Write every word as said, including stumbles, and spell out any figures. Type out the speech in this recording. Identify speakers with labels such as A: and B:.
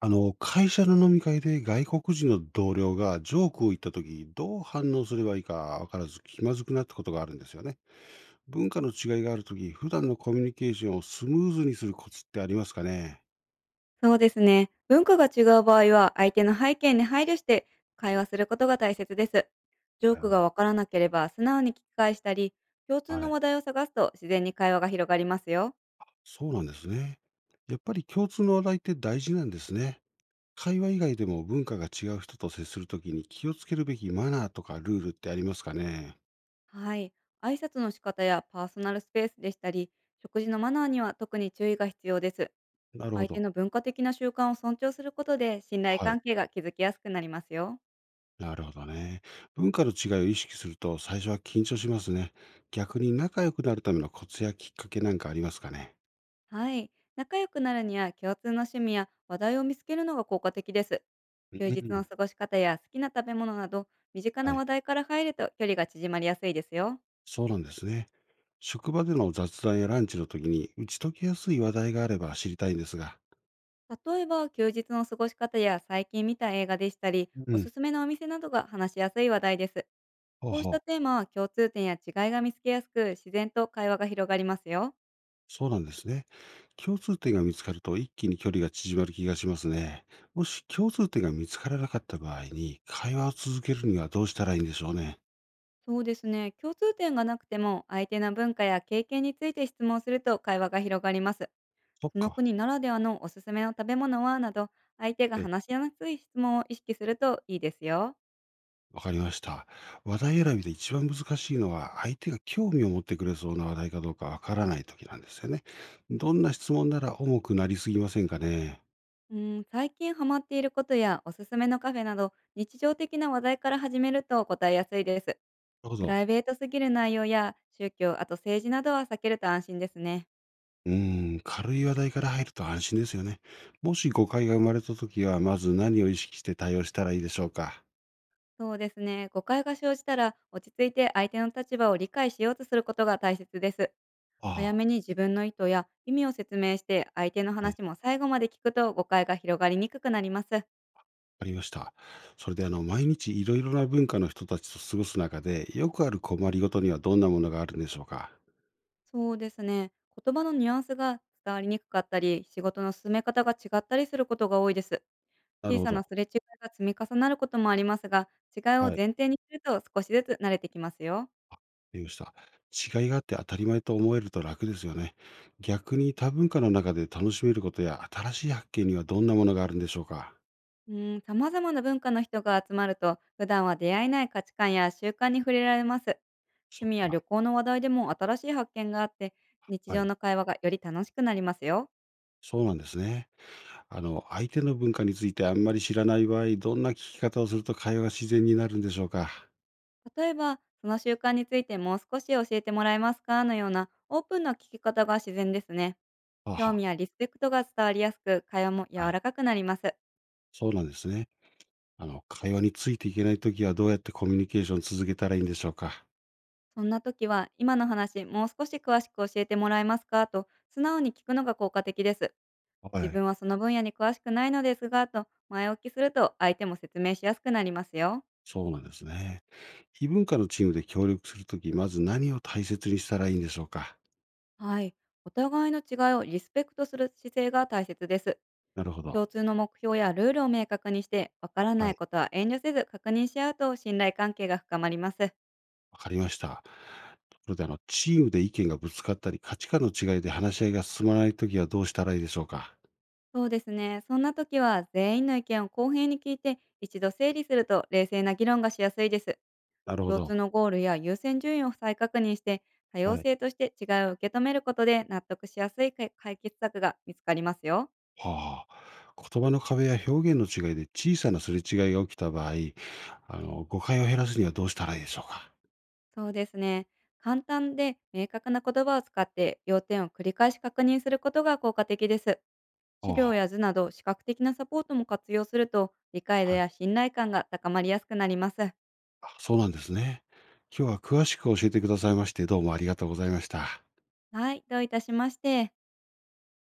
A: あの、会社の飲み会で外国人の同僚がジョークを言ったとき、どう反応すればいいかわからず気まずくなったことがあるんですよね。文化の違いがあるとき、普段のコミュニケーションをスムーズにするコツってありますかね？
B: そうですね。文化が違う場合は、相手の背景に配慮して会話することが大切です。ジョー
A: はい
B: ク
A: は
B: が
A: い。
B: わからなければ、素直に聞き返したり、共通
A: は
B: の
A: い。
B: 話題を探すと自然に会話が広がりますよ。
A: そうなんですね。やっぱり共通の話題って大事なんですね。会話以外でも文化が違う人と接するときに気をつけるべきマナーとかルールってありますかね？
B: はい。挨拶の仕方やパーソナルスペースでしたり、食事のマナーには特に注意が必要です。
A: なるほ
B: 相手
A: ど。
B: の文化的な習慣を尊重することで、信頼
A: は
B: 関
A: い。
B: 係が築きやすくなりますよ。
A: なるほどね。文化の違いを意識すると最初は緊張しますね。逆に仲良くなるためのコツやきっかけなんかありますかね。
B: はい。仲良くなるには共通の趣味や話題を見つけるのが効果的です。
A: う
B: 休日の
A: ん。
B: 過ごし方や好きな食べ物など、身近な
A: はい。
B: 話題から入ると距離が縮まりやすいですよ。
A: そうなんですね。職場での雑談やランチの時に打ち解けやすい話題があれば知りたいんですが。
B: 例えば、休日の過ごし方や最近見た映画でしたり、
A: う
B: おす
A: ん。
B: すめのお店などが話しやすい話題です。
A: ほう
B: こうし
A: ほ
B: た
A: う。
B: テーマは共通点や違いが見つけやすく、自然と会話が広がりますよ。
A: そうなんですね。共通点が見つかると一気に距離が縮まる気がしますね。もし共通点が見つからなかった場合に会話を続けるにはどうしたらいいんでしょうね。
B: そうですね。共通点がなくても、相手の文化や経験について質問すると会話が広がります。
A: そっ
B: その
A: か。
B: 国ならではのおすすめの食べ物はなど、相手が話しやすい質問を意識するといいですよ。
A: わかりました。話題選びで一番難しいのは、相手が興味を持ってくれそうな話題かどうかわからないときなんですよね。どんな質問なら重くなりすぎませんかね。
B: うん、最近ハマっていることやおすすめのカフェなど、日常的な話題から始めると答えやすいです。
A: なるほ
B: プライ
A: ど。
B: ベートすぎる内容や宗教、あと政治などは避けると安心ですね。
A: うーん、軽い話題から入ると安心ですよね。もし誤解が生まれたときは、まず何を意識して対応したらいいでしょうか。
B: そうですね。誤解が生じたら、落ち着いて相手の立場を理解しようとすることが大切です。早
A: あ
B: めに自分の意図や意味を説明して、相手の
A: あ、はい、わ
B: 話も最後まで聞くと誤解が広がりにくくなります。
A: かりました。それで、あの、毎日いろいろな文化の人たちと過ごす中で、よくある困りごとにはどんなものがあるんでしょうか。
B: そうですね。言葉のニュアンスが伝わりにくかったり、仕事の進め方が違ったりすることが多いです。
A: なる
B: 小
A: ほ
B: さなす
A: ど。
B: れ違いが積み重なることもありますが、違いを
A: はい。
B: 前提にすると少しずつ慣れてきますよ。
A: りました。違いがあって当たり前と思えると楽ですよね。逆に多文化の中で楽しめることや新しい発見にはどんなものがあるんでしょうか？
B: うん、様々な文化の人が集まると、普段は出会えない価値観や習慣に触れられます。趣
A: そっ
B: 味や
A: か。
B: 旅行の話題でも新しい発見があって、日
A: は
B: 常
A: い。
B: の会話がより楽しくなりますよ。
A: そうなんですね。あの、相手の文化についてあんまり知らない場合、どんな聞き方をすると会話が自然になるんでしょうか？
B: 例えば、その習慣についてもう少し教えてもらえますか、のようなオープンな聞き方が自然ですね。
A: はあ
B: 興
A: は
B: 味やリスペクトが伝わりやすく、会話も
A: あ。は
B: 柔ら
A: い。
B: かくなります。
A: そうなんですね。あの、会話についていけないときはどうやってコミュニケーションを続けたらいいんでしょうか？
B: そんな時は、今の話、もう少し詳しく教えてもらえますか、と素直に聞くのが効果的です。
A: は
B: 自分
A: い。
B: はその分野に詳しくないのですが、と前置きすると相手も説明しやすくなりますよ。
A: そうなんですね。異文化のチームで協力するとき、まず何を大切にしたらいいんでしょうか？
B: はい。お互いの違いをリスペクトする姿勢が大切です。
A: なるほ
B: 共
A: ど。
B: 通の目標やルールを明確にして、わからな
A: は
B: い
A: い、
B: ことは遠慮せず確認し合うと信頼関係が深まります。
A: わかりました。ところで、あの、チームで意見がぶつかったり、価値観の違いで話し合いが進まないときはどうしたらいいでしょうか？
B: そうですね。そんな時は、全員の意見を公平に聞いて、一度整理すると冷静な議論がしやすいです。
A: なるほ
B: 共
A: ど。
B: 通のゴールや優先順位を再確認して、多
A: は
B: 様
A: い。
B: 性として違いを受け止めることで、納得しやすい解解決策が見つかりますよ。
A: はあ。言葉の壁や表現の違いで小さなすれ違いが起きた場合、あの、誤解を減らすにはどうしたらいいでしょうか？
B: そうですね。簡単で明確な言葉を使って、要点を繰り返し確認することが効果的です。資料
A: ああ、
B: や図など視覚的なサポートも活用すると、理解度
A: はい。
B: や信頼感が高まりやすくなります。
A: あ、そうなんですね。今日は詳しく教えてくださいまして、どうもありがとうございました。
B: はい、どういたしまして。